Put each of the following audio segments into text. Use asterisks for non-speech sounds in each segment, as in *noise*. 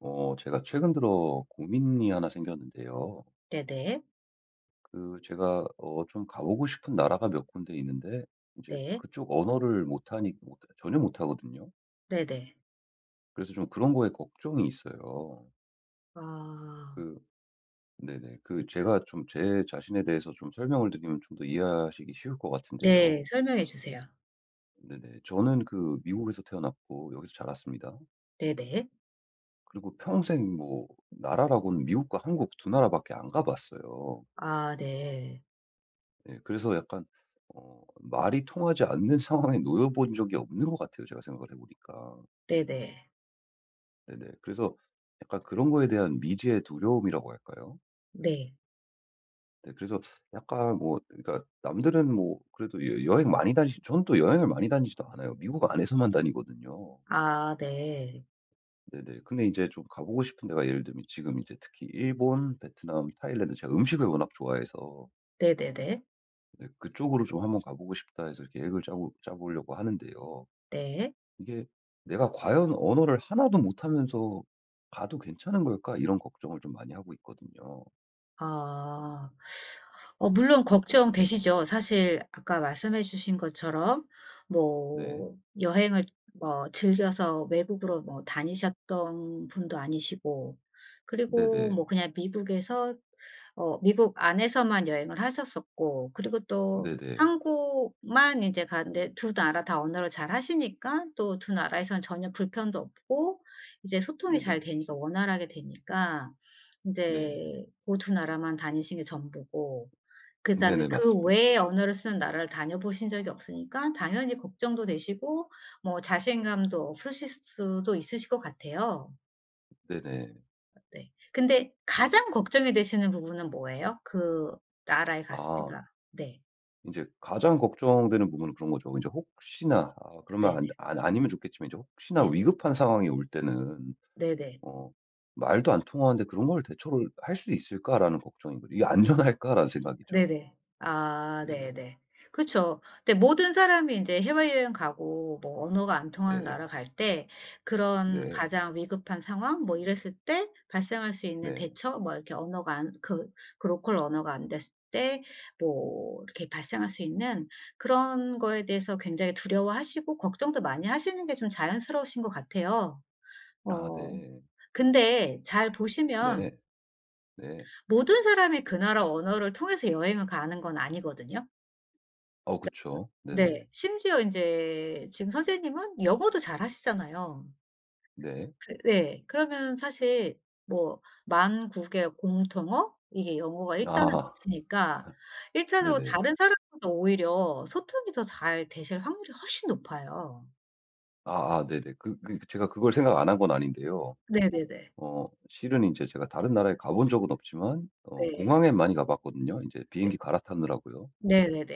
제가 최근 들어 고민이 하나 생겼는데요. 네네. 그, 제가, 좀 가보고 싶은 나라가 몇 군데 있는데, 이제 네. 그쪽 언어를 못하니, 못, 전혀 못하거든요. 네네. 그래서 좀 그런 거에 걱정이 있어요. 아. 그, 네네. 그, 제가 좀 제 자신에 대해서 좀 설명을 드리면 좀 더 이해하시기 쉬울 것 네. 같은데요. 설명해 주세요. 네네. 저는 그, 미국에서 태어났고, 여기서 자랐습니다. 네네. 그리고 평생 뭐, 나라라고는 미국과 한국 두 나라밖에 안 가봤어요. 아 네. 예 그래서 약간 말이 통하지 않는 상황에 놓여 본 적이 없는 것 같아요, 제가 생각을 해 보니까. 네네. 네네. 그래서 약간 그런 거에 대한 미지의 두려움이라고 할까요? 네. 네 그래서 약간 뭐 그러니까 남들은 뭐 그래도 여 여행 많이 다니시 저는 또 여행을 많이 다니지도 않아요. 미국 안에서만 다니거든요. 아 네. 네네. 근데 이제 좀 가 보고 싶은 데가 예를 들면 지금 이제 특히 일본, 베트남, 타일랜드 제가 음식을 워낙 좋아해서 네네네. 네 그쪽으로 좀 한번 가 보고 싶다 해서 이렇게 계획을 짜고 짜 보려고 하는데요. 네. 이게 '내가 과연 언어를 하나도 못하면서 가도 괜찮은 걸까?' 이런 걱정을 좀 많이 하고 있거든요. 아. 물론 걱정되시죠. 사실 아까 말씀해 주신 것처럼 네. 뭐 여행을 뭐 즐겨서 외국으로 뭐 다니셨던 분도 아니시고 그리고 뭐 네네. 그냥 미국에서 미국 안에서만 여행을 하셨었고 그리고 또 네네. 한국만 인제 갔는데 두 나라 다 언어를 잘 하시니까 또 두 나라에선 전혀 불편도 없고 이제 소통이 잘 네네. 되니까 원활하게 되니까 네. 인제 고 두 나라만 다니신 게 전부고 그다음에 네네. 그 맞습니다. 외의 언어를 쓰는 나라를 다녀보신 적이 없으니까 당연히 걱정도 되시고 뭐 자신감도 없으실 수도 있으실 것 같아요. 네네. 네. 근데 가장 걱정이 되시는 부분은 뭐예요? 그 나라에 갔을 아 때가. 네. 이제 가장 걱정되는 부분은 그런 거죠. 이제 혹시나 아 그러면 네네. 안 안 아니면 좋겠지만 이제 혹시나 네네. 위급한 상황이 올 때는 네네. 어 '말도 안 통하는데 그런 걸 대처를 할 수 있을까?'라는 걱정인 거죠. '이게 안전할까?'라는 생각이죠. 네네. 아 네네. 네네. 그쵸. 근데 모든 사람이 인제 해외여행 가고 뭐 언어가 안 통하는 나라 네. 갈 때 그런 네. 가장 위급한 상황 뭐 이랬을 때 발생할 수 있는 네. 대처 뭐 이렇게 언어가 안 그 로컬 언어가 안 됐을 때 뭐 이렇게 발생할 수 있는 그런 거에 대해서 굉장히 두려워하시고 걱정도 많이 하시는 게 좀 자연스러우신 것 같아요. 아 어 네. 근데 잘 보시면 네. 네. 모든 사람이 그 나라 언어를 통해서 여행을 가는 건 아니거든요. 어 그쵸. 네. 네네. 심지어 인제 지금 선생님은 영어도 잘하시잖아요. 네. 그 네. 그러면 사실 뭐만 국의 공통어 이게 영어가 일단은 아 되시니까 일 차적으로 네네. 다른 사람보다 오히려 소통이 더 잘 되실 확률이 훨씬 높아요. 아아 네네. 그 제가 그걸 생각 안 한 건 아닌데요. 네네네. 실은 인제 제가 다른 나라에 가본 적은 없지만 네. 공항엔 많이 가 봤거든요, 인제 네. 비행기 갈아타느라고요. 네네네.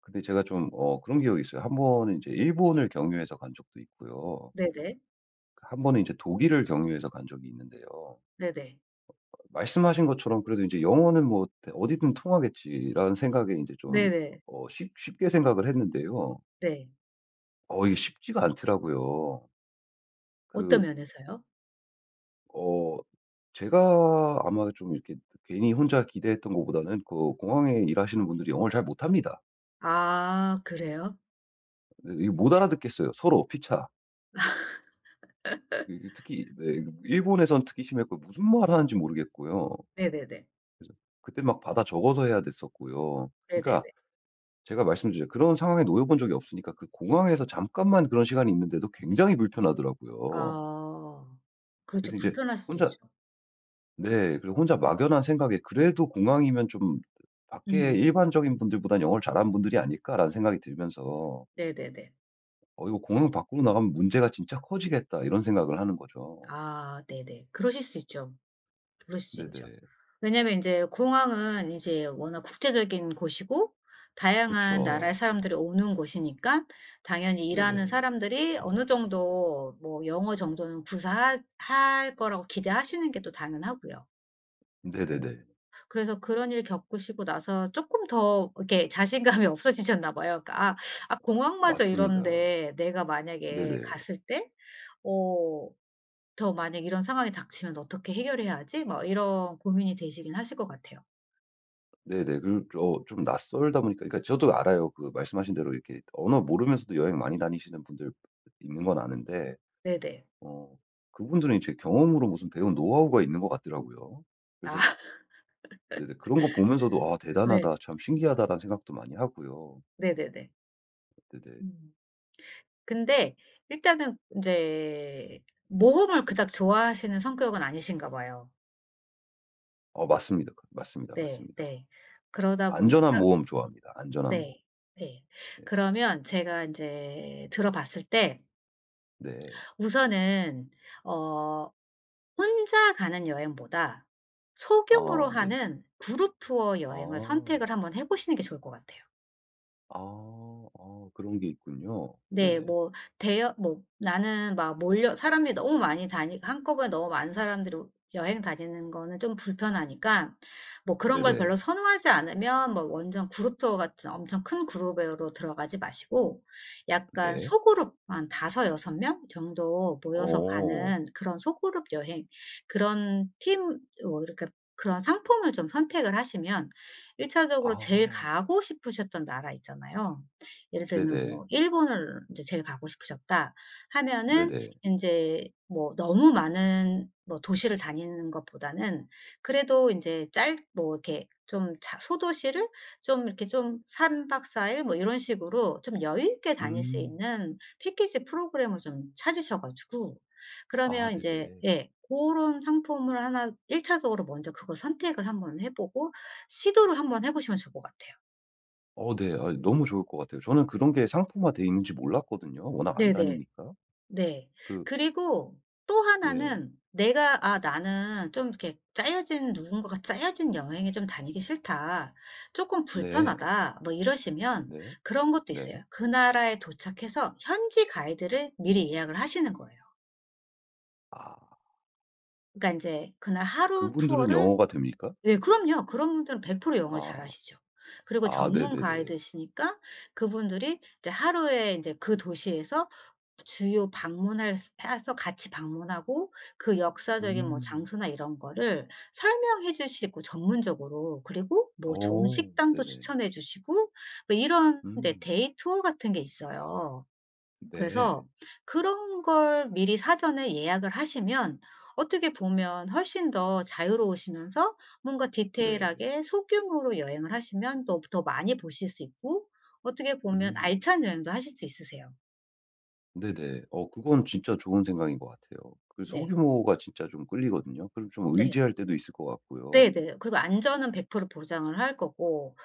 근데 제가 좀 그런 기억이 있어요. 한 번은 인제 일본을 경유해서 간 적도 있고요. 네네. 그 한 번은 인제 독일을 경유해서 간 적이 있는데요. 네네. 말씀하신 것처럼 그래도 인제 '영어는 뭐 어디든 통하겠지.'라는 생각에 인제 좀 네네. 쉽 쉽게 생각을 했는데요. 네. 이게 쉽지가 않더라고요. 어떤 그 면에서요? 어 제가 아마 좀 이렇게 괜히 혼자 기대했던 것보다는 그 공항에 일하시는 분들이 영어를 잘 못합니다. 아 그래요? 이못 알아듣겠어요 서로 피차. 이게 특히 네 일본에선 특히 심했고 무슨 말을 하는지 모르겠고요. 네네네. 그래서 그때 막 받아 적어서 해야 됐었고요. 그러니까 네네네. 제가 말씀드려요. 그런 상황에 놓여 본 적이 없으니까 그 공항에서 잠깐만 그런 시간이 있는데도 굉장히 불편하더라고요. 아. 그렇죠. 그래서 이제 불편할 수도 혼자 있죠. 네. 그리고 혼자 막연한 생각에 '그래도 공항이면 좀 밖에 음. 일반적인 분들보단 영어를 잘하는 분들이 아닐까.'라는 생각이 들면서 네네네. '어 이거 공항 밖으로 나가면 문제가 진짜 커지겠다.' 이런 생각을 하는 거죠. 아 네네. 그러실 수 있죠. 그러실 수 있죠. 네네. 왜냐면 인제 공항은 이제 워낙 국제적인 곳이고 다양한 나라의 그쵸. 사람들이 오는 곳이니까 당연히 일하는 네네. 사람들이 어느 정도 뭐 영어 정도는 구사하 할 거라고 기대하시는 게 또 당연하고요. 어 네네네. 그래서 그런 일 겪으시고 나서 쪼끔 더 이렇게 자신감이 *laughs* 없어지셨나 봐요. 그러니까 '아 공항마저 맞습니다. 이런데 내가 만약에 네네. 갔을 때어 더 만약 이런 상황이 닥치면 '어떻게 해결해야 하지?' 막 이런 고민이 되시긴 하실 것 같아요. 네네. 그리고 좀 낯설다 보니까 그러니까 저도 알아요. 그 말씀하신 대로 이렇게 언어 모르면서도 여행 많이 다니시는 분들 있는 건 아는데 네네. 어 그분들은 이제 경험으로 무슨 배운 노하우가 있는 것 같더라고요. 아 그래서 *laughs* 네네. 그런 거 보면서도 '아 네. 대단하다. 참 신기하다.'라는 생각도 많이 하고요. 네네네. 네네. 음. 근데 일단은 인제 모험을 그닥 좋아하시는 성격은 아니신가 봐요. 맞습니다. 그 맞습니다, 네 맞습니다. 네. 그러다 보니까. 안전한 모험 좋아합니다. 안전한 모험. 네. 네. 네. 그러면 제가 인제 들어 봤을 때 네. 우선은 어 혼자 가는 여행보다 소규모로 아 네네. 하는 그룹 투어 여행을 아. 선택을 한번 해 보시는 게 좋을 것 같아요. 아. 아 그런 게 있군요. 네. 네네. 뭐 대여 뭐 나는 막 몰려 사람이 너무 많이 다니 한꺼번에 너무 많은 사람들이 여행 다니는 거는 좀 불편하니까 뭐 그런 걸 별로 네네. 선호하지 않으면 뭐 완전 그룹 투어 같은 엄청 큰 그룹으로 들어가지 마시고 약간 네. 소그룹 한 5-6명 정도 모여서 어. 가는 그런 소그룹 여행 그런 팀 뭐 이렇게 그런 상품을 좀 선택을 하시면 1 차적으로 제일 아. 가고 싶으셨던 나라 있잖아요. 예를 들면 네네. 뭐 일본을 이제 제일 가고 싶으셨다 하면은 네네. 인제 뭐 너무 많은 뭐 도시를 다니는 것보다는 그래도 인제 짧 뭐 이렇게 좀 자 소도시를 좀 이렇게 좀 3 박 4 일 뭐 이런 식으로 좀 여유 있게 다닐 수 음. 있는 패키지 프로그램을 좀 찾으셔 가지고 아 그러면 인제 네네. 예 고런 상품을 하나 1 차적으로 먼저 그걸 선택을 한번 해 보고 시도를 한번 해 보시면 좋을 것 같아요. 어 네. 아 너무 좋을 것 같아요. 저는 그런 게 상품화돼 있는지 몰랐거든요, 워낙 안 네네. 다니니까. 네. 그 그리고 또 네. 하나는 내가 '아 나는 좀 이렇게 짜여진 누군가가 짜여진 여행에 좀 다니기 싫다. 쪼끔 네. 불편하다.' 뭐 이러시면 네. 그런 것도 있어요. 네. 그 나라에 도착해서 현지 가이드를 미리 예약을 하시는 거예요. 아 그러니까 인제 그날 하루 그분들은 투어를. 영어가 됩니까? 네 그럼요. 그런 분들은 100% 영어를 아. 잘하시죠. 그리고 아 네네네. 전문가이드시니까 그분들이 이제 하루에 이제 그 도시에서 주요 방문할 해서 같이 방문하고 그 역사적인 뭐 음. 장소나 이런 거를 설명해 주시고 전문적으로 그리고 뭐 좋은 어 식당도 네네. 추천해 주시고 뭐 이런 데 음. 데이 투어 같은 게 있어요. 네. 그래서 그런 걸 미리 사전에 예약을 하시면 어떻게 보면 훨씬 더 자유로우시면서 뭔가 네. 디테일하게 소규모로 여행을 하시면 또 더 많이 보실 수 있고 어떻게 보면 음. 알찬 여행도 하실 수 있으세요. 네네. 어 그건 진짜 좋은 생각인 것 같아요. 그 네. 소규모가 진짜 좀 끌리거든요. 그럼 좀 네. 의지할 때도 있을 것 같고요. 네네. 그리고 안전은 100% 보장을 할 거고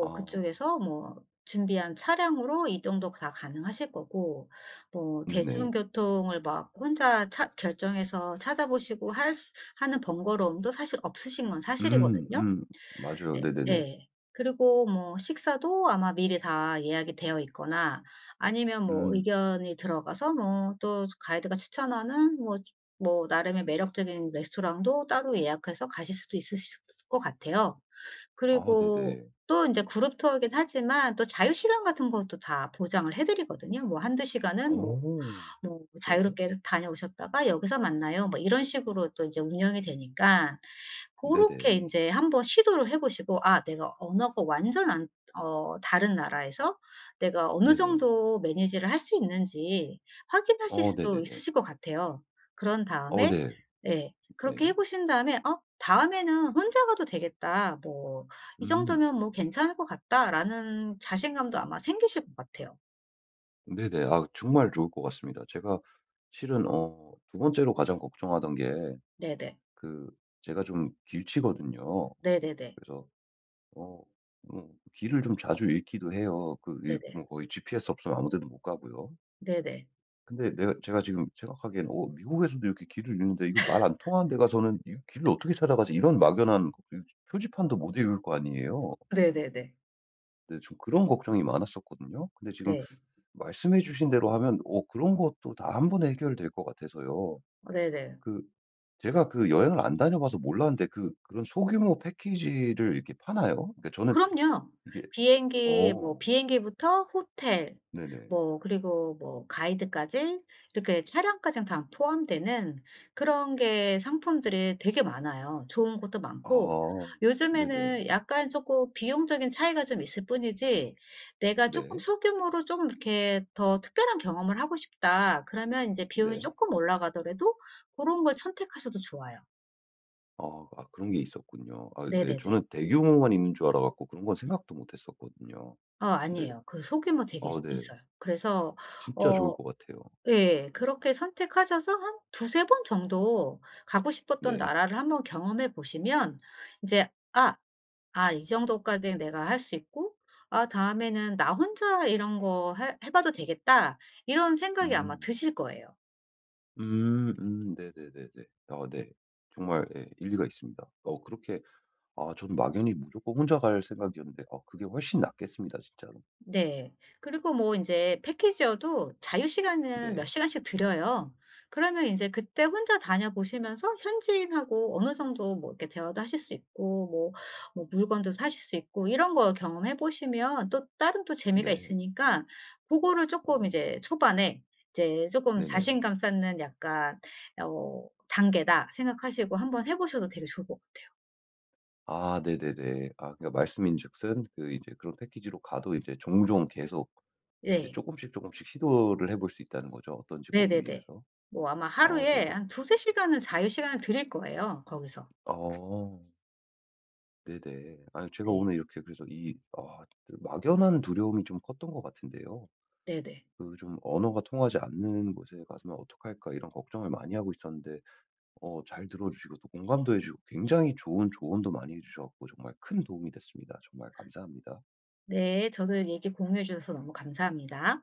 아 그쪽에서 뭐 준비한 차량으로 이동도 다 가능하실 거고 뭐 네네. 대중교통을 막 혼자 차 결정해서 찾아보시고 할 수 하는 번거로움도 사실 없으신 건 음 사실이거든요. 음. 맞아요. 네. 네네네. 예. 그리고 뭐 식사도 아마 미리 다 예약이 되어 있거나 아니면 뭐 음. 의견이 들어가서 뭐 또 가이드가 추천하는 뭐 나름의 매력적인 레스토랑도 따로 예약해서 가실 수도 있으실 것 같아요. 아 그리고 네네. 또 인제 그룹 투어이긴 하지만 또 자유 시간 같은 것도 다 보장을 해 드리거든요. 뭐 한두 시간은 뭐 오, 네. "자유롭게 다녀오셨다가 여기서 만나요." 뭐 이런 식으로 또 인제 운영이 되니까 고렇게 네네. 인제 한번 시도를 해 보시고 '아 내가 언어가 완전 안 다른 나라에서 내가 어느 네네. 정도 매니지를 할 수 있는지 확인하실 어 수 네네네. 있으실 것 같아요.' 그런 어 다음에 네. 예 네. 그렇게 해 보신 다음에 '어 다음에는 혼자 가도 되겠다. 뭐 이 음. 정도면 뭐 괜찮을 것 같다.'라는 자신감도 아마 생기실 것 같아요. 네네. 아 정말 좋을 것 같습니다. 제가 실은 두 번째로 가장 걱정하던 게 네네. 그 제가 좀 길치거든요. 네네네. 그래서 어 뭐 길을 좀 자주 잃기도 해요. 그 이 네네. 뭐 거의 GPS 없으면 아무 데도 못 가고요. 네네. 근데 내가 제가 지금 생각하기에는 '어 미국에서도 이렇게 길을 잃는데 이거 말 안 통하는 데 가서는 이 길을 어떻게 찾아가지?' 이런 막연한 그 표지판도 못 읽을 거 아니에요. 네네네. 근데 좀 그런 걱정이 많았었거든요. 근데 지금 네. 말씀해 주신 대로 하면 그런 것도 다 한 번에 해결될 것 같아서요. 어, 네네. 그 제가 그 여행을 안 다녀봐서 몰랐는데 그 그런 소규모 패키지를 이렇게 파나요? 그러니까 저는 그럼요. 이게 비행기 뭐 어 비행기부터 호텔 네네. 뭐 그리고 뭐 가이드까지 이렇게 차량까지 다 포함되는 그런 게 상품들이 되게 많아요. 좋은 것도 많고 아 네네. 요즘에는 약간 쪼끔 비용적인 차이가 좀 있을 뿐이지 내가 쪼끔 네. 소규모로 좀 이렇게 더 특별한 경험을 하고 싶다. 그러면 인제 비용이 네. 쪼끔 올라가더라도 고런 걸 선택하셔도 좋아요. 아 아 그런 게 있었군요. 아 네. 네네네. 저는 대규모만 있는 줄 알아 갖고 그런 건 생각도 못 했었거든요. 네. 아니에요. 그 소규모 되게 아 네. 있어요. 그래서 진짜 좋을 어 것 같아요. 예. 그렇게 선택하셔서 한 두세 번 정도 가고 싶었던 네. 나라를 한번 경험해 보시면 인제 '아, 아 이 정도까지 내가 할 수 있고 아 다음에는 나 혼자 이런 거 해 봐도 되겠다.' 이런 생각이 아마 음. 드실 거예요. 음. 음. 네네네네. 아 네. 정말 예 일리가 있습니다. 어 그렇게 아 저는 막연히 무조건 혼자 갈 생각이었는데 그게 훨씬 낫겠습니다 진짜로. 네. 그리고 뭐 인제 패키지여도 자유 시간은 몇 네. 시간씩 드려요. 그러면 인제 그때 혼자 다녀보시면서 현지인하고 어느 정도 뭐 이렇게 대화도 하실 수 있고 뭐 물건도 사실 수 있고 이런 거 경험해 보시면 또 다른 또 재미가 네. 있으니까 고거를 쪼끔 음. 이제 초반에 이제 쪼끔 네네. '자신감 쌓는 약간 단계다.' 생각하시고 한번 해 보셔도 되게 좋을 것 같아요. 아 네네네. 아 그러니까 말씀인즉슨 그 이제 그런 패키지로 가도 이제 종종 계속 이제 예. 조금씩 조금씩 시도를 해볼 수 있다는 거죠, 어떤지 보기 네네네. 위해서. 뭐 아마 어 하루에 네네. 한 두세 시간은 자유 시간을 드릴 거예요, 거기서. 어. 네네. 아 제가 네. 오늘 이렇게 그래서 이 아 그 막연한 두려움이 좀 컸던 것 같은데요. 네네. 그 좀 언어가 통하지 않는 곳에 가서는 '어떡할까.' 이런 걱정을 많이 하고 있었는데 잘 들어 주시고 또 공감도 해 주시고 굉장히 좋은 조언도 많이 해 주셔 서고 정말 큰 도움이 됐습니다. 정말 감사합니다. 네. 저도 얘기 공유해 주셔서 너무 감사합니다.